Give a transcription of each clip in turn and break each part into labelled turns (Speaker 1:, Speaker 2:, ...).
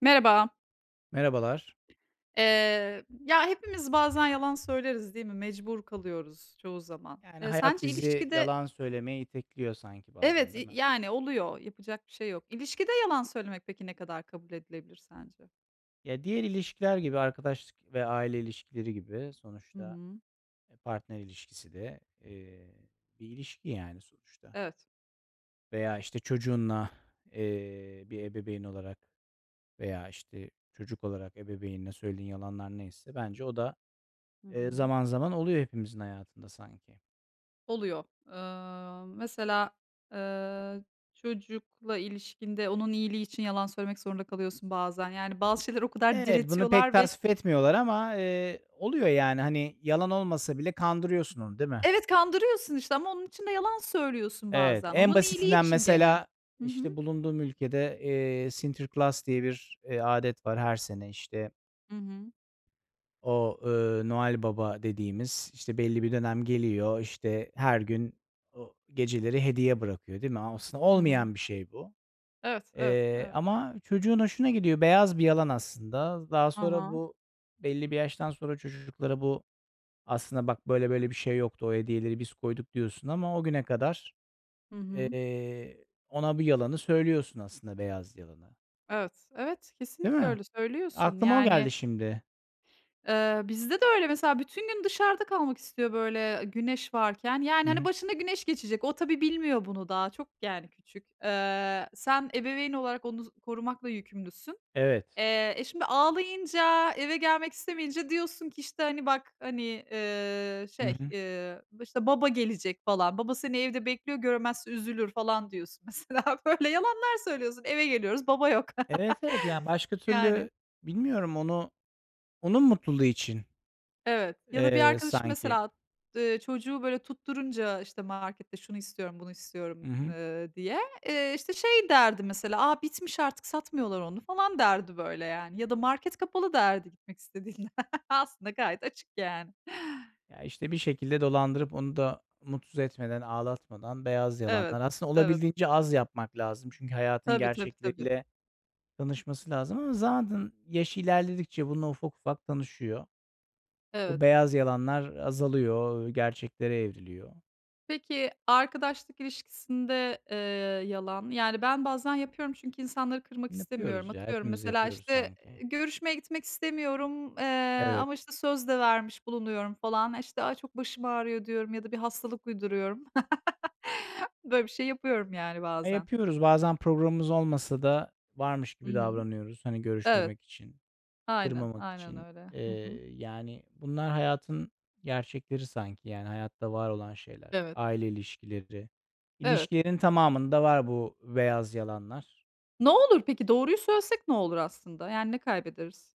Speaker 1: Merhaba.
Speaker 2: Merhabalar.
Speaker 1: Ya, hepimiz bazen yalan söyleriz, değil mi? Mecbur kalıyoruz çoğu zaman.
Speaker 2: Yani hayat
Speaker 1: Sence
Speaker 2: bizi
Speaker 1: ilişkide...
Speaker 2: yalan söylemeye itekliyor sanki bazen
Speaker 1: Evet,
Speaker 2: değil mi?
Speaker 1: yani, oluyor, yapacak bir şey yok. İlişkide yalan söylemek peki ne kadar kabul edilebilir sence?
Speaker 2: Ya diğer ilişkiler gibi arkadaşlık ve aile ilişkileri gibi
Speaker 1: Hı
Speaker 2: sonuçta
Speaker 1: hı.
Speaker 2: partner ilişkisi de bir ilişki yani sonuçta.
Speaker 1: Evet.
Speaker 2: Veya işte çocuğunla e, bir ebeveyn olarak veya işte çocuk olarak ebeveynine söylediğin yalanlar neyse bence o da
Speaker 1: Hı hı.
Speaker 2: zaman zaman oluyor hepimizin hayatında sanki.
Speaker 1: Oluyor. Mesela, eee, çocukla ilişkinde onun iyiliği için yalan söylemek zorunda kalıyorsun bazen. Yani, bazı şeyler o kadar
Speaker 2: Evet, bunu pek
Speaker 1: diretiyorlar ve
Speaker 2: tasvip
Speaker 1: ki...
Speaker 2: etmiyorlar ama oluyor yani hani yalan olmasa bile kandırıyorsun onu değil mi?
Speaker 1: Evet, kandırıyorsun işte ama onun için de yalan söylüyorsun
Speaker 2: Evet,
Speaker 1: bazen.
Speaker 2: en
Speaker 1: Onun iyiliği
Speaker 2: basitinden
Speaker 1: için gene.
Speaker 2: mesela,
Speaker 1: Hı
Speaker 2: işte,
Speaker 1: hı.
Speaker 2: bulunduğum ülkede, Sinterklaas diye bir, adet var her sene, işte,
Speaker 1: Hı hı.
Speaker 2: Noel Baba dediğimiz, işte, belli bir dönem geliyor, işte, her gün o geceleri hediye bırakıyor, değil mi? Aslında
Speaker 1: Hı hı.
Speaker 2: olmayan bir şey bu,
Speaker 1: Evet, evet, evet.
Speaker 2: ama çocuğun hoşuna gidiyor. Beyaz bir yalan aslında. Daha
Speaker 1: Aha,
Speaker 2: sonra
Speaker 1: ha.
Speaker 2: bu belli bir yaştan sonra çocuklara bu, "Aslında bak, böyle böyle bir şey yoktu, o hediyeleri biz koyduk." diyorsun ama o güne kadar
Speaker 1: Hı hı.
Speaker 2: Ona bu yalanı söylüyorsun aslında, beyaz yalanı.
Speaker 1: Evet, evet,
Speaker 2: Değil
Speaker 1: kesinlikle
Speaker 2: mi?
Speaker 1: öyle söylüyorsun.
Speaker 2: Aklıma o
Speaker 1: Yani,
Speaker 2: geldi şimdi.
Speaker 1: bizde de öyle mesela bütün gün dışarıda kalmak istiyor böyle güneş varken. Yani,
Speaker 2: Hı
Speaker 1: hani,
Speaker 2: hı.
Speaker 1: başına güneş geçecek. O tabii bilmiyor bunu daha. Çok, yani, küçük. Sen ebeveyn olarak onu korumakla yükümlüsün.
Speaker 2: Evet.
Speaker 1: Şimdi ağlayınca, eve gelmek istemeyince diyorsun ki, işte, hani, "Bak, hani,
Speaker 2: Hı
Speaker 1: şey,
Speaker 2: hı.
Speaker 1: işte, baba gelecek falan, baba seni evde bekliyor, göremezse üzülür." falan diyorsun mesela. Böyle yalanlar söylüyorsun. Eve geliyoruz, baba yok
Speaker 2: Evet, evet, yani, başka
Speaker 1: yani.
Speaker 2: türlü bilmiyorum onu onun mutluluğu için,
Speaker 1: Evet ya da bir arkadaşım
Speaker 2: sanki.
Speaker 1: mesela, çocuğu böyle tutturunca, işte, markette şunu istiyorum, bunu
Speaker 2: Hı
Speaker 1: istiyorum,
Speaker 2: hı.
Speaker 1: diye, işte, şey derdi mesela, "A, bitmiş artık satmıyorlar onu." falan derdi böyle yani ya da "Market kapalı." derdi gitmek istediğinde. Aslında gayet açık yani.
Speaker 2: Ya, işte, bir şekilde dolandırıp onu da mutsuz etmeden, ağlatmadan beyaz
Speaker 1: Evet,
Speaker 2: yalanlar aslında
Speaker 1: evet.
Speaker 2: olabildiğince az yapmak lazım. Çünkü hayatın
Speaker 1: Tabii, tabii, tabii.
Speaker 2: gerçekleriyle tanışması lazım ama zaten yaş ilerledikçe bununla ufak ufak tanışıyor. Bu
Speaker 1: Evet.
Speaker 2: beyaz yalanlar azalıyor, gerçeklere evriliyor.
Speaker 1: Peki, arkadaşlık ilişkisinde, yalan, yani, ben bazen yapıyorum çünkü insanları kırmak istemiyorum.
Speaker 2: Yapıyoruz ya,
Speaker 1: Atıyorum,
Speaker 2: hepimiz
Speaker 1: mesela,
Speaker 2: yapıyoruz
Speaker 1: işte,
Speaker 2: sanki.
Speaker 1: görüşmeye gitmek istemiyorum,
Speaker 2: Evet.
Speaker 1: ama, işte, söz de vermiş bulunuyorum falan. İşte, "Ay, çok başım ağrıyor." diyorum ya da bir hastalık uyduruyorum. Böyle bir şey yapıyorum, yani,
Speaker 2: Ya
Speaker 1: bazen.
Speaker 2: yapıyoruz. Bazen programımız olmasa da varmış
Speaker 1: Hı
Speaker 2: gibi
Speaker 1: hı.
Speaker 2: davranıyoruz. Hani
Speaker 1: Evet,
Speaker 2: görüşmemek için, kırmamak
Speaker 1: aynen
Speaker 2: için.
Speaker 1: öyle. Hı hı.
Speaker 2: Yani bunlar hayatın gerçekleri sanki. Yani hayatta var olan şeyler.
Speaker 1: Evet,
Speaker 2: Aile ilişkileri.
Speaker 1: evet.
Speaker 2: İlişkilerin tamamında var bu beyaz yalanlar.
Speaker 1: Ne olur peki? Doğruyu söylesek ne olur aslında? Yani, ne kaybederiz?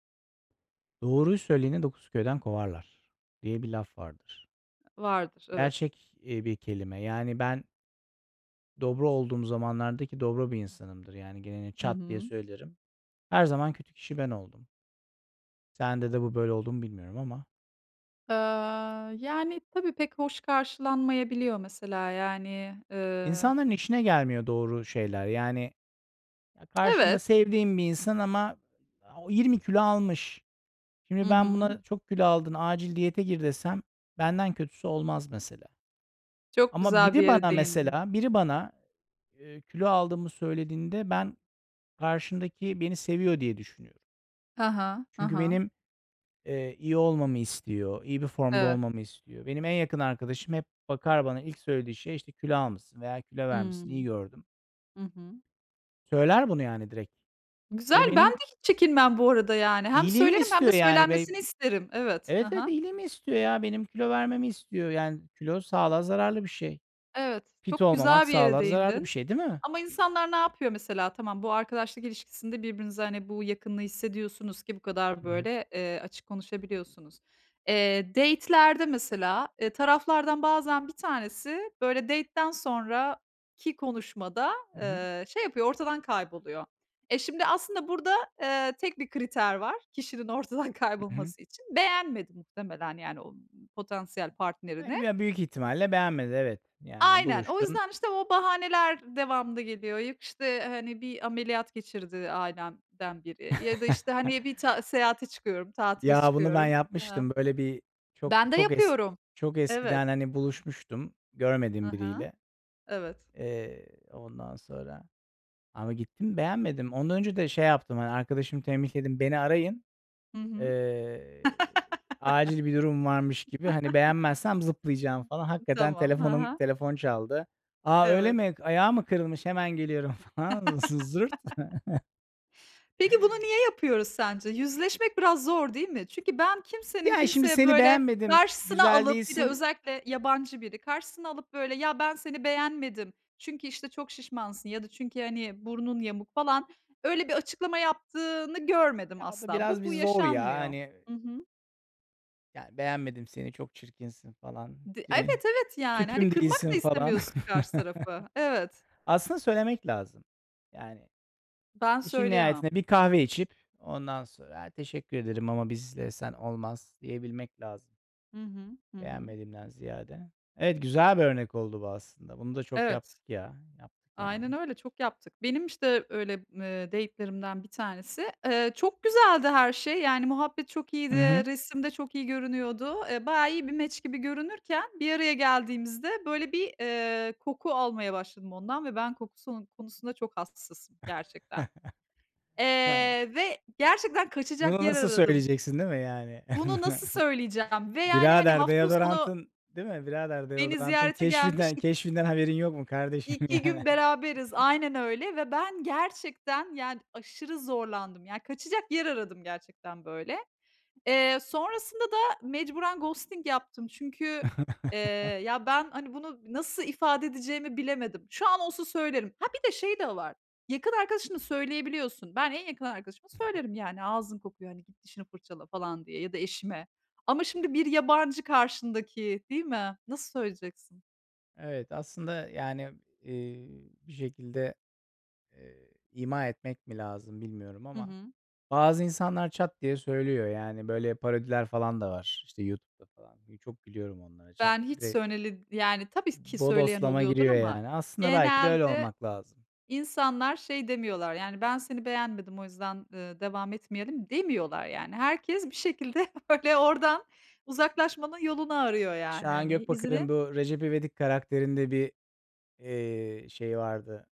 Speaker 2: Doğruyu söyleyeni 9 köyden kovarlar diye bir laf vardır.
Speaker 1: Vardır, evet.
Speaker 2: Gerçek bir kelime. Yani ben dobra olduğum zamanlarda ki dobra bir insanımdır, yani geleni
Speaker 1: Hı
Speaker 2: çat diye
Speaker 1: hı.
Speaker 2: söylerim. Her zaman kötü kişi ben oldum. Sende de bu böyle oldu bilmiyorum ama.
Speaker 1: Eee, yani, tabii pek hoş karşılanmayabiliyor mesela, yani,
Speaker 2: İnsanların işine gelmiyor doğru şeyler. Yani ya karşımda
Speaker 1: Evet.
Speaker 2: sevdiğim bir insan ama o 20 kilo almış. Şimdi
Speaker 1: Hı
Speaker 2: ben
Speaker 1: hı.
Speaker 2: buna çok kilo aldın, acil diyete gir desem benden kötüsü olmaz mesela.
Speaker 1: Çok
Speaker 2: Ama
Speaker 1: güzel bir
Speaker 2: biri
Speaker 1: yere
Speaker 2: bana
Speaker 1: değindin.
Speaker 2: mesela, biri bana, eee, kilo aldığımı söylediğinde ben karşımdaki beni seviyor diye düşünüyorum.
Speaker 1: Aha,
Speaker 2: Çünkü
Speaker 1: aha.
Speaker 2: benim iyi olmamı istiyor, iyi bir formda
Speaker 1: Evet.
Speaker 2: olmamı istiyor. Benim en yakın arkadaşım hep bakar bana, ilk söylediği şey işte kilo almışsın veya kilo vermişsin, iyi
Speaker 1: Hımm.
Speaker 2: gördüm.
Speaker 1: Hı hı.
Speaker 2: Söyler bunu yani direkt ve
Speaker 1: Güzel, ben
Speaker 2: benim
Speaker 1: de hiç çekinmem bu arada, yani. Hem
Speaker 2: iyiliğimi
Speaker 1: söylerim hem de
Speaker 2: istiyor yani ve
Speaker 1: söylenmesini isterim. Evet.
Speaker 2: evet, evet,
Speaker 1: Aha.
Speaker 2: iyiliğimi istiyor ya, benim kilo vermemi istiyor. Yani kilo sağlığa zararlı bir şey.
Speaker 1: Evet,
Speaker 2: Fit
Speaker 1: çok
Speaker 2: olmamak
Speaker 1: güzel bir yere
Speaker 2: sağlığa zararlı bir
Speaker 1: değindin.
Speaker 2: şey değil mi?
Speaker 1: Ama insanlar ne yapıyor mesela? Tamam, bu arkadaşlık ilişkisinde birbirinize, hani, bu yakınlığı hissediyorsunuz ki bu kadar
Speaker 2: Hı hı.
Speaker 1: böyle, açık konuşabiliyorsunuz. Date'lerde mesela, taraflardan bazen bir tanesi böyle date'den sonraki konuşmada,
Speaker 2: Hı hı.
Speaker 1: şey yapıyor, ortadan kayboluyor. E, şimdi aslında burada, tek bir kriter var kişinin ortadan
Speaker 2: Hı hı.
Speaker 1: kaybolması için. Beğenmedi muhtemelen yani o potansiyel partnerini.
Speaker 2: Ya, büyük ihtimalle beğenmedi, evet. Yani
Speaker 1: Aynen. O
Speaker 2: buluştun.
Speaker 1: yüzden, işte, o bahaneler devamlı geliyor. Yok, işte, hani, bir ameliyat geçirdi ailemden biri ya da, işte, hani, bir ta seyahate çıkıyorum, tatile
Speaker 2: Ya, bunu ben
Speaker 1: çıkıyorum.
Speaker 2: yapmıştım.
Speaker 1: Ha.
Speaker 2: Böyle bir çok
Speaker 1: Ben de
Speaker 2: çok es
Speaker 1: yapıyorum.
Speaker 2: çok
Speaker 1: Evet.
Speaker 2: eskiden, hani, buluşmuştum görmediğim
Speaker 1: Aha.
Speaker 2: biriyle.
Speaker 1: Evet.
Speaker 2: Eee, ondan sonra ama gittim beğenmedim. Ondan önce de şey yaptım, hani, arkadaşımı tembihledim, "Beni arayın,
Speaker 1: Hı hı.
Speaker 2: eee, acil bir durum varmış gibi, hani, beğenmezsem zıplayacağım." falan. Hakikaten
Speaker 1: Tamam. Aha.
Speaker 2: telefon çaldı. Aa öyle
Speaker 1: Evet.
Speaker 2: mi? Ayağı mı kırılmış? Hemen geliyorum." falan. Zırt.
Speaker 1: Peki bunu niye yapıyoruz sence? Yüzleşmek biraz zor değil mi? Çünkü ben kimsenin
Speaker 2: Ya, şimdi
Speaker 1: kimseye
Speaker 2: seni
Speaker 1: böyle
Speaker 2: beğenmedim,
Speaker 1: karşısına
Speaker 2: güzel
Speaker 1: alıp bir de
Speaker 2: değilsin.
Speaker 1: özellikle yabancı biri karşısına alıp böyle ya ben seni beğenmedim çünkü işte çok şişmansın ya da çünkü hani burnun yamuk falan, öyle bir açıklama yaptığını görmedim
Speaker 2: Ya, o da
Speaker 1: asla.
Speaker 2: biraz
Speaker 1: Bu
Speaker 2: bir
Speaker 1: bu
Speaker 2: zor ya,
Speaker 1: yaşanmıyor.
Speaker 2: hani.
Speaker 1: Hı hı.
Speaker 2: Yani, "Beğenmedim seni, çok çirkinsin." falan, eee,
Speaker 1: Evet, evet, yani, hani,
Speaker 2: "Tüpüm
Speaker 1: kırmak
Speaker 2: değilsin."
Speaker 1: da
Speaker 2: falan.
Speaker 1: istemiyorsun karşı tarafı. Evet.
Speaker 2: Aslında söylemek lazım. Yani,
Speaker 1: Ben
Speaker 2: işin
Speaker 1: söyleyemem.
Speaker 2: nihayetinde bir kahve içip ondan sonra, "Ha, Teşekkür ederim ama bizle sen olmaz." diyebilmek lazım,
Speaker 1: Hı hı. Hı hı.
Speaker 2: beğenmediğimden ziyade. Evet, güzel bir örnek oldu bu aslında. Bunu da çok
Speaker 1: Evet.
Speaker 2: yaptık ya. Yaptık yani.
Speaker 1: Aynen öyle, çok yaptık. Benim, işte, öyle, date'lerimden bir tanesi. Çok güzeldi her şey. Yani, muhabbet çok
Speaker 2: Hı
Speaker 1: iyiydi,
Speaker 2: hı.
Speaker 1: resimde çok iyi görünüyordu. Bayağı iyi bir match gibi görünürken bir araya geldiğimizde, böyle, bir, koku almaya başladım ondan ve ben kokusu konusunda çok hassasım gerçekten. Ve gerçekten kaçacak
Speaker 2: Bunu
Speaker 1: yer
Speaker 2: nasıl
Speaker 1: aradım.
Speaker 2: söyleyeceksin değil mi yani?
Speaker 1: Bunu nasıl söyleyeceğim ve, yani, hani,
Speaker 2: Birader
Speaker 1: hafta sonu
Speaker 2: deodorantın değil mi? Birader
Speaker 1: beni
Speaker 2: deodorantın
Speaker 1: ziyarete gelmiş...
Speaker 2: keşfinden haberin yok mu kardeşim
Speaker 1: 2
Speaker 2: yani?
Speaker 1: gün beraberiz. Aynen öyle ve ben gerçekten, yani, aşırı zorlandım. Yani, kaçacak yer aradım gerçekten böyle. Sonrasında da mecburen ghosting yaptım. Çünkü, eee, ya, ben, hani, bunu nasıl ifade edeceğimi bilemedim. Şu an olsa söylerim. Ha, bir de şey de var. Yakın arkadaşını söyleyebiliyorsun. Ben en yakın arkadaşıma söylerim, yani, "Ağzın kokuyor, hani, git dişini fırçala." falan diye ya da eşime. Ama şimdi bir yabancı karşındaki, değil mi? Nasıl söyleyeceksin?
Speaker 2: Evet, aslında yani, bir şekilde, ima etmek mi lazım bilmiyorum
Speaker 1: Hı
Speaker 2: ama
Speaker 1: hı.
Speaker 2: bazı insanlar çat diye söylüyor. Yani, böyle parodiler falan da var, işte, YouTube'da falan. Çok gülüyorum onlara. Çat
Speaker 1: Ben hiç
Speaker 2: direkt
Speaker 1: söyleli yani tabii ki söyleyen
Speaker 2: bodoslama
Speaker 1: oluyordur
Speaker 2: giriyor
Speaker 1: ama
Speaker 2: yani. Aslında belki de öyle
Speaker 1: genelde
Speaker 2: olmak lazım.
Speaker 1: insanlar şey demiyorlar, yani, "Ben seni beğenmedim, o yüzden, devam etmeyelim." demiyorlar, yani. Herkes bir şekilde böyle oradan uzaklaşmanın yolunu arıyor, yani,
Speaker 2: Şahan
Speaker 1: hani, izini...
Speaker 2: Gökbakar'ın bu Recep İvedik karakterinde bir şey vardı,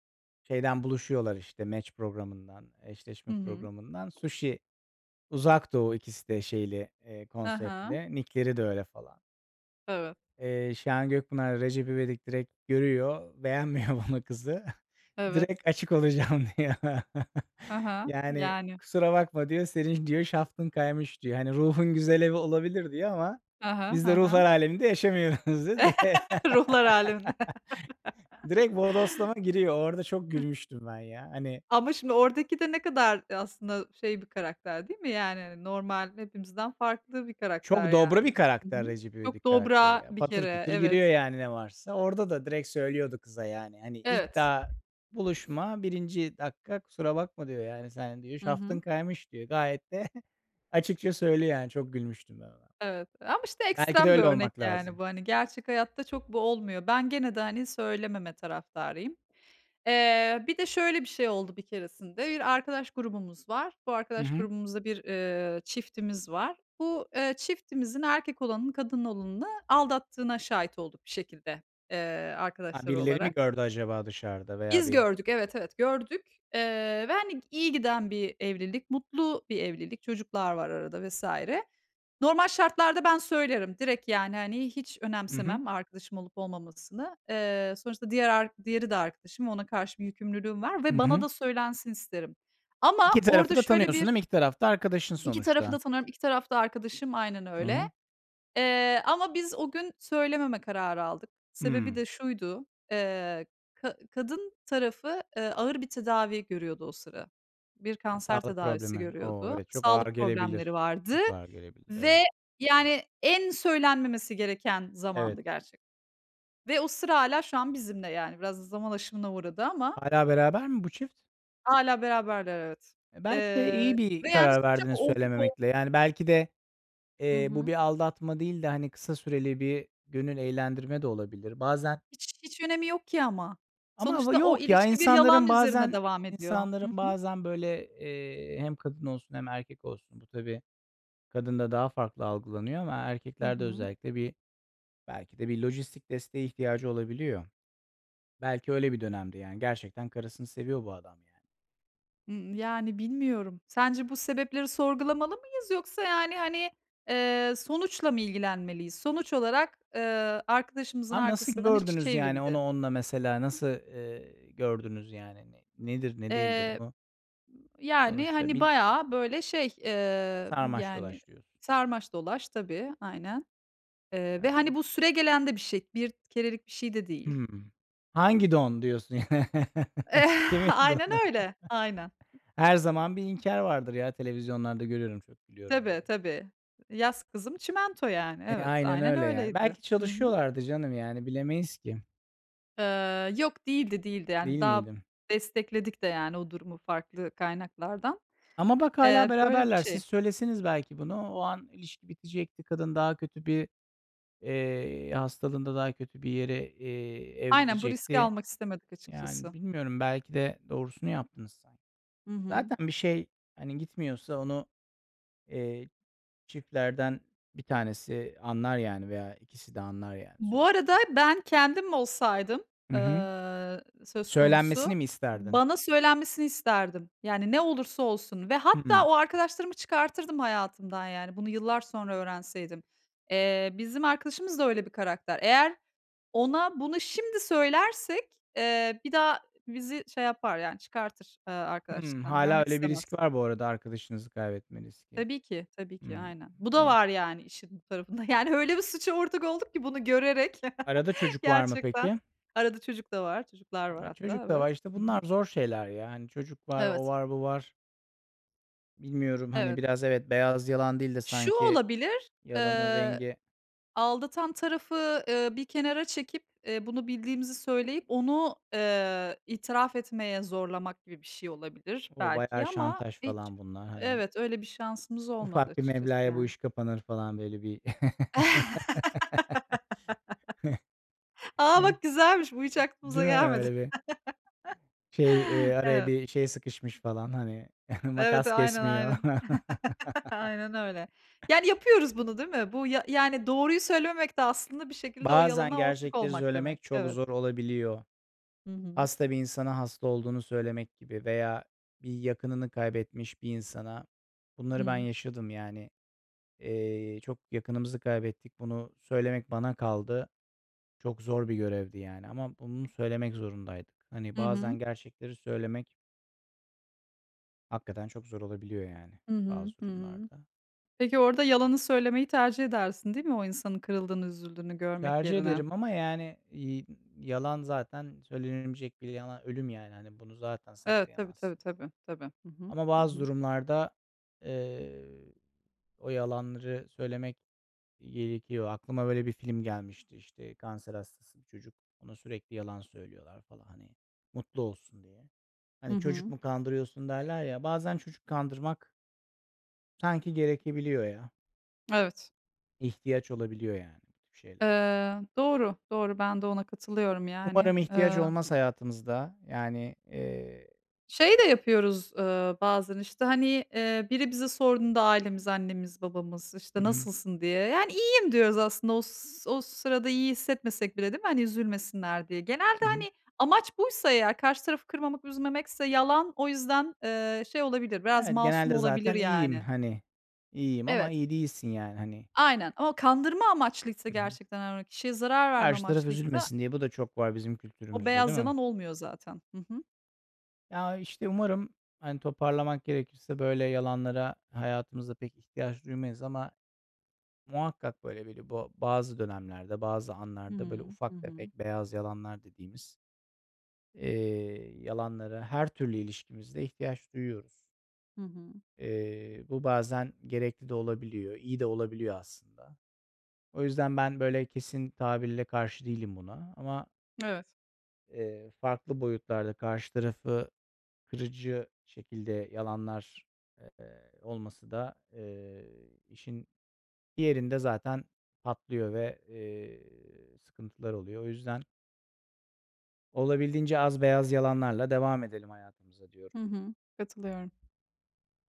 Speaker 2: şeyden buluşuyorlar, işte, match programından, eşleşme
Speaker 1: Hı hı.
Speaker 2: programından. Sushi, Uzak Doğu ikisi de şeyli,
Speaker 1: Hı hı.
Speaker 2: konseptli. Nick'leri de öyle falan.
Speaker 1: Evet,
Speaker 2: Şahan Gökpınar, Recep İvedik direkt görüyor, beğenmiyor bunu, kızı.
Speaker 1: evet.
Speaker 2: Direkt açık olacağım diyor.
Speaker 1: Hı hı.
Speaker 2: Yani,
Speaker 1: Yani.
Speaker 2: "Kusura bakma." diyor, "Senin" diyor, "şaftın kaymış." diyor. Hani, "Ruhun güzel evi olabilir." diyor ama
Speaker 1: Hı hı,
Speaker 2: "Biz
Speaker 1: hı
Speaker 2: de ruhlar
Speaker 1: hı.
Speaker 2: aleminde yaşamıyoruz." diyor. Direkt.
Speaker 1: Ruhlar hâlinde.
Speaker 2: Direkt bodoslama giriyor. Orada çok gülmüştüm ben ya. Hani
Speaker 1: Ama şimdi oradaki de ne kadar e, aslında şey bir karakter değil mi? Yani, hani, normal hepimizden farklı bir
Speaker 2: çok
Speaker 1: karakter
Speaker 2: dobra
Speaker 1: yani.
Speaker 2: bir
Speaker 1: Hı hı.
Speaker 2: karakter Recep
Speaker 1: Çok
Speaker 2: İvedik karakteri
Speaker 1: dobra
Speaker 2: ya.
Speaker 1: bir
Speaker 2: Patır
Speaker 1: kere.
Speaker 2: kütür giriyor
Speaker 1: Evet.
Speaker 2: yani ne varsa. Orada da direkt söylüyordu kıza yani. Hani ilk
Speaker 1: Evet.
Speaker 2: daha buluşma birinci dakika kusura bakma diyor yani, sen diyor,
Speaker 1: Hı
Speaker 2: şaftın
Speaker 1: hı.
Speaker 2: kaymış diyor. Gayet de açıkça söylüyor yani. Çok gülmüştüm ben ona.
Speaker 1: Evet. Ama işte
Speaker 2: Belki de
Speaker 1: ekstrem bir
Speaker 2: öyle
Speaker 1: örnek
Speaker 2: olmak
Speaker 1: yani
Speaker 2: lazım.
Speaker 1: bu. Hani, gerçek hayatta çok bu olmuyor. Ben gene de, hani, söylememe taraftarıyım. Bir de şöyle bir şey oldu bir keresinde. Bir arkadaş grubumuz var. Bu
Speaker 2: Hı
Speaker 1: arkadaş
Speaker 2: hı.
Speaker 1: grubumuzda bir, çiftimiz var. Bu, çiftimizin erkek olanın kadın olanını aldattığına şahit olduk bir şekilde,
Speaker 2: Ha,
Speaker 1: arkadaşları
Speaker 2: birileri mi
Speaker 1: olarak.
Speaker 2: gördü acaba dışarıda veya
Speaker 1: Biz
Speaker 2: bir.
Speaker 1: gördük, evet, evet, gördük, ve, hani, iyi giden bir evlilik, mutlu bir evlilik, çocuklar var arada vesaire. Normal şartlarda ben söylerim direkt, yani, hani, hiç
Speaker 2: Hı hı.
Speaker 1: önemsemem arkadaşım olup olmamasını. Sonuçta diğeri de arkadaşım, ona karşı bir yükümlülüğüm var
Speaker 2: Hı
Speaker 1: ve bana
Speaker 2: hı.
Speaker 1: da söylensin isterim.
Speaker 2: İki
Speaker 1: Ama
Speaker 2: tarafı
Speaker 1: orada
Speaker 2: da
Speaker 1: şöyle
Speaker 2: tanıyorsun
Speaker 1: bir,
Speaker 2: değil mi? İki taraf da arkadaşın
Speaker 1: 2 tarafı
Speaker 2: sonuçta.
Speaker 1: da tanıyorum, 2 taraf da arkadaşım, aynen
Speaker 2: Hı
Speaker 1: öyle.
Speaker 2: hı.
Speaker 1: Ama biz o gün söylememe kararı aldık. Sebebi
Speaker 2: Hımm.
Speaker 1: de şuydu, eee, ka kadın tarafı, ağır bir tedavi görüyordu o sıra. Bir
Speaker 2: Ha,
Speaker 1: kanser
Speaker 2: sağlık
Speaker 1: tedavisi
Speaker 2: problemi. O,
Speaker 1: görüyordu.
Speaker 2: evet, çok ağır
Speaker 1: Sağlık problemleri
Speaker 2: gelebilir.
Speaker 1: vardı
Speaker 2: Çok ağır gelebilir,
Speaker 1: ve
Speaker 2: evet.
Speaker 1: yani en söylenmemesi gereken
Speaker 2: Evet.
Speaker 1: zamandı gerçek ve o sıra hala şu an bizimle yani. Biraz da zaman aşımına uğradı ama
Speaker 2: Hâlâ beraber mi bu çift?
Speaker 1: hala beraberler evet.
Speaker 2: E, belki de
Speaker 1: Eee,
Speaker 2: iyi bir
Speaker 1: ve yani
Speaker 2: karar
Speaker 1: suça
Speaker 2: verdiniz
Speaker 1: ortak ol...
Speaker 2: söylememekle. Yani, belki de,
Speaker 1: Hı
Speaker 2: bu bir
Speaker 1: hı.
Speaker 2: aldatma değil de, hani, kısa süreli bir gönül eğlendirme de olabilir. Bazen
Speaker 1: Hiç hiç önemi yok ki ama.
Speaker 2: ama va
Speaker 1: Sonuçta o
Speaker 2: yok ya,
Speaker 1: ilişki bir yalan
Speaker 2: insanların
Speaker 1: üzerine
Speaker 2: bazen
Speaker 1: devam ediyor.
Speaker 2: insanların
Speaker 1: Hı hı.
Speaker 2: bazen, böyle, hem kadın olsun hem erkek olsun bu tabii kadında daha farklı algılanıyor ama
Speaker 1: Hı
Speaker 2: erkeklerde
Speaker 1: hı.
Speaker 2: özellikle bir belki de bir lojistik desteğe ihtiyacı olabiliyor. Belki öyle bir dönemdi yani. Gerçekten karısını seviyor bu adam yani.
Speaker 1: Imm, yani bilmiyorum. Sence bu sebepleri sorgulamalı mıyız yoksa yani, hani, sonuçla mı ilgilenmeliyiz? Sonuç olarak, arkadaşımızın
Speaker 2: Abi nasıl
Speaker 1: arkasından iş
Speaker 2: gördünüz yani onu
Speaker 1: çevrildi.
Speaker 2: onunla mesela nasıl, gördünüz yani? Ne nedir, ne değildir
Speaker 1: Eee,
Speaker 2: bu?
Speaker 1: yani,
Speaker 2: Sonuçta
Speaker 1: hani,
Speaker 2: bin
Speaker 1: bayağı böyle şey,
Speaker 2: sarmaş
Speaker 1: yani
Speaker 2: dolaş diyorsun.
Speaker 1: sarmaş dolaş tabii, aynen. Ve
Speaker 2: Eee,
Speaker 1: hani bu süregelen de bir şey, bir kerelik bir şey de değil.
Speaker 2: hımm. Hangi don diyorsun yani? Kimin
Speaker 1: Aynen
Speaker 2: donu?
Speaker 1: öyle, aynen.
Speaker 2: Her zaman bir inkar vardır ya, televizyonlarda görüyorum, çok biliyorum
Speaker 1: Tabii,
Speaker 2: böyle.
Speaker 1: tabii. Yaz Kızım Çimento yani.
Speaker 2: E,
Speaker 1: Evet,
Speaker 2: aynen
Speaker 1: aynen
Speaker 2: öyle yani.
Speaker 1: öyleydi.
Speaker 2: Belki
Speaker 1: Hı hı.
Speaker 2: çalışıyorlardı canım, yani bilemeyiz ki,
Speaker 1: Yok değildi, değildi. Yani,
Speaker 2: değil
Speaker 1: daha
Speaker 2: miydi?
Speaker 1: destekledik de, yani, o durumu farklı kaynaklardan.
Speaker 2: Ama bak hâlâ
Speaker 1: Böyle bir
Speaker 2: beraberler. Siz
Speaker 1: şey.
Speaker 2: söyleseniz belki bunu, o an ilişki bitecekti. Kadın daha kötü bir, hastalığında daha kötü bir yere,
Speaker 1: Aynen, bu riski
Speaker 2: evrilecekti.
Speaker 1: almak istemedik
Speaker 2: Yani
Speaker 1: açıkçası.
Speaker 2: bilmiyorum, belki de doğrusunu yaptınız sanki.
Speaker 1: Hı hı.
Speaker 2: Zaten bir şey, hani, gitmiyorsa onu, eee, çiftlerden bir tanesi anlar yani veya ikisi de anlar yani
Speaker 1: Bu
Speaker 2: sonuçta.
Speaker 1: arada ben kendim olsaydım,
Speaker 2: Hı hı.
Speaker 1: söz
Speaker 2: Söylenmesini
Speaker 1: konusu,
Speaker 2: mi isterdin?
Speaker 1: bana söylenmesini isterdim. Yani ne olursa olsun ve hatta
Speaker 2: Hımm.
Speaker 1: o arkadaşlarımı çıkartırdım hayatımdan yani bunu yıllar sonra öğrenseydim. Bizim arkadaşımız da öyle bir karakter. Eğer ona bunu şimdi söylersek, bir daha bizi şey yapar yani çıkartır,
Speaker 2: Hımm.
Speaker 1: arkadaşlıktan.
Speaker 2: Hâlâ
Speaker 1: Görmek
Speaker 2: öyle bir
Speaker 1: istemez.
Speaker 2: risk var bu arada, arkadaşınızı kaybetme riski.
Speaker 1: Tabii ki, tabii ki,
Speaker 2: Hımm.
Speaker 1: aynen. Bu da
Speaker 2: Evet.
Speaker 1: var yani işin bu tarafında. Yani öyle bir suça ortak olduk ki bunu görerek
Speaker 2: Arada çocuk var mı
Speaker 1: gerçekten.
Speaker 2: peki?
Speaker 1: Arada çocuk da var, çocuklar var
Speaker 2: Ya,
Speaker 1: hatta,
Speaker 2: çocuk da var.
Speaker 1: evet.
Speaker 2: İşte
Speaker 1: Hı
Speaker 2: bunlar
Speaker 1: hı.
Speaker 2: zor şeyler ya. Hani çocuk var, o
Speaker 1: Evet,
Speaker 2: var, bu var. Bilmiyorum, hani
Speaker 1: evet.
Speaker 2: biraz evet beyaz yalan değil de
Speaker 1: Şu
Speaker 2: sanki
Speaker 1: olabilir,
Speaker 2: yalanın rengi
Speaker 1: aldatan tarafı, bir kenara çekip, bunu bildiğimizi söyleyip onu, itiraf etmeye zorlamak gibi bir şey olabilir
Speaker 2: o
Speaker 1: belki
Speaker 2: bayağı
Speaker 1: ama
Speaker 2: şantaj
Speaker 1: hiç...
Speaker 2: falan bunlar. Hani
Speaker 1: Evet, öyle bir şansımız olmadı
Speaker 2: ufak bir
Speaker 1: açıkçası
Speaker 2: meblağa bu
Speaker 1: yani.
Speaker 2: iş kapanır falan böyle bir
Speaker 1: Aa
Speaker 2: Ya,
Speaker 1: bak güzelmiş, bu hiç aklımıza
Speaker 2: değil mi
Speaker 1: gelmedi.
Speaker 2: öyle bir şey, araya
Speaker 1: Evet.
Speaker 2: bir şey sıkışmış falan hani
Speaker 1: Evet,
Speaker 2: makas
Speaker 1: aynen,
Speaker 2: kesmiyor.
Speaker 1: aynen. Aynen öyle. Yani, yapıyoruz bunu, değil mi? Bu ya yani, doğruyu söylememek de aslında bir şekilde o
Speaker 2: Bazen
Speaker 1: yalana ortak
Speaker 2: gerçekleri
Speaker 1: olmak demek.
Speaker 2: söylemek çok
Speaker 1: Evet.
Speaker 2: zor olabiliyor.
Speaker 1: Hı hı.
Speaker 2: Hasta bir insana hasta olduğunu söylemek gibi veya bir yakınını kaybetmiş bir insana, bunları ben yaşadım yani. Çok yakınımızı kaybettik. Bunu söylemek bana kaldı. Çok zor bir görevdi yani ama bunu söylemek zorundaydık. Hani
Speaker 1: Hı hı.
Speaker 2: bazen gerçekleri söylemek hakikaten çok zor olabiliyor yani
Speaker 1: Hı hı.
Speaker 2: bazı
Speaker 1: Hı hı.
Speaker 2: durumlarda.
Speaker 1: Peki, orada yalanı söylemeyi tercih edersin, değil mi? O insanın kırıldığını, üzüldüğünü görmek
Speaker 2: Tercih
Speaker 1: yerine.
Speaker 2: ederim ama yani yalan zaten söylenecek bir yalan ölüm yani. Hani bunu zaten
Speaker 1: Evet, tabii, tabii,
Speaker 2: saklayamazsın.
Speaker 1: tabii, tabii. Hı hı.
Speaker 2: Ama
Speaker 1: Hı
Speaker 2: bazı
Speaker 1: hı.
Speaker 2: durumlarda, eee, o yalanları söylemek gerekiyor. Aklıma böyle bir film gelmişti, işte, kanser hastası bir çocuk. Ona sürekli yalan söylüyorlar falan, hani, mutlu olsun diye.
Speaker 1: Hı
Speaker 2: Hani, "Çocuk
Speaker 1: hı.
Speaker 2: mu kandırıyorsun?" derler ya, bazen çocuk kandırmak sanki gerekebiliyor ya.
Speaker 1: Evet.
Speaker 2: İhtiyaç olabiliyor yani bu tip şeylere.
Speaker 1: Doğru, doğru. Ben de ona katılıyorum, yani.
Speaker 2: Umarım ihtiyaç
Speaker 1: Eee...
Speaker 2: olmaz hayatımızda. Yani,
Speaker 1: Şey de yapıyoruz, bazen, işte, hani, biri bize sorduğunda ailemiz, annemiz, babamız,
Speaker 2: Hı
Speaker 1: işte,
Speaker 2: hı.
Speaker 1: "Nasılsın?" diye, yani, iyiyim diyoruz aslında o sırada iyi hissetmesek bile değil mi? Hani, üzülmesinler diye. Genelde,
Speaker 2: Hı hı.
Speaker 1: hani, amaç buysa eğer karşı tarafı kırmamak, üzmemekse yalan o yüzden, şey olabilir, biraz
Speaker 2: Evet,
Speaker 1: masum
Speaker 2: genelde
Speaker 1: olabilir
Speaker 2: zaten iyiyim,
Speaker 1: yani.
Speaker 2: hani, iyiyim ama
Speaker 1: Evet,
Speaker 2: iyi değilsin yani, hani.
Speaker 1: aynen ama kandırma amaçlıysa
Speaker 2: Hı hı.
Speaker 1: gerçekten, hani, kişiye zarar verme
Speaker 2: Karşı taraf
Speaker 1: amaçlıysa
Speaker 2: üzülmesin diye. Bu da çok var bizim
Speaker 1: o
Speaker 2: kültürümüzde, değil
Speaker 1: beyaz
Speaker 2: mi?
Speaker 1: yalan olmuyor zaten. Hı hı.
Speaker 2: Ya, işte, umarım, hani, toparlamak gerekirse böyle yalanlara hayatımızda pek ihtiyaç duymayız ama muhakkak böyle biri bu bazı dönemlerde, bazı
Speaker 1: Hı
Speaker 2: anlarda böyle
Speaker 1: hı. Hı
Speaker 2: ufak
Speaker 1: hı.
Speaker 2: tefek beyaz yalanlar dediğimiz, yalanlara her türlü ilişkimizde ihtiyaç duyuyoruz.
Speaker 1: Hı hı.
Speaker 2: Bu bazen gerekli de olabiliyor, iyi de olabiliyor aslında. O yüzden ben böyle kesin tabirle karşı değilim buna ama,
Speaker 1: Evet.
Speaker 2: farklı boyutlarda karşı tarafı kırıcı şekilde yalanlar, olması da, işin diğerinde zaten patlıyor ve, sıkıntılar oluyor. O yüzden olabildiğince az beyaz yalanlarla devam edelim hayatımıza diyorum.
Speaker 1: Hı hı. Katılıyorum.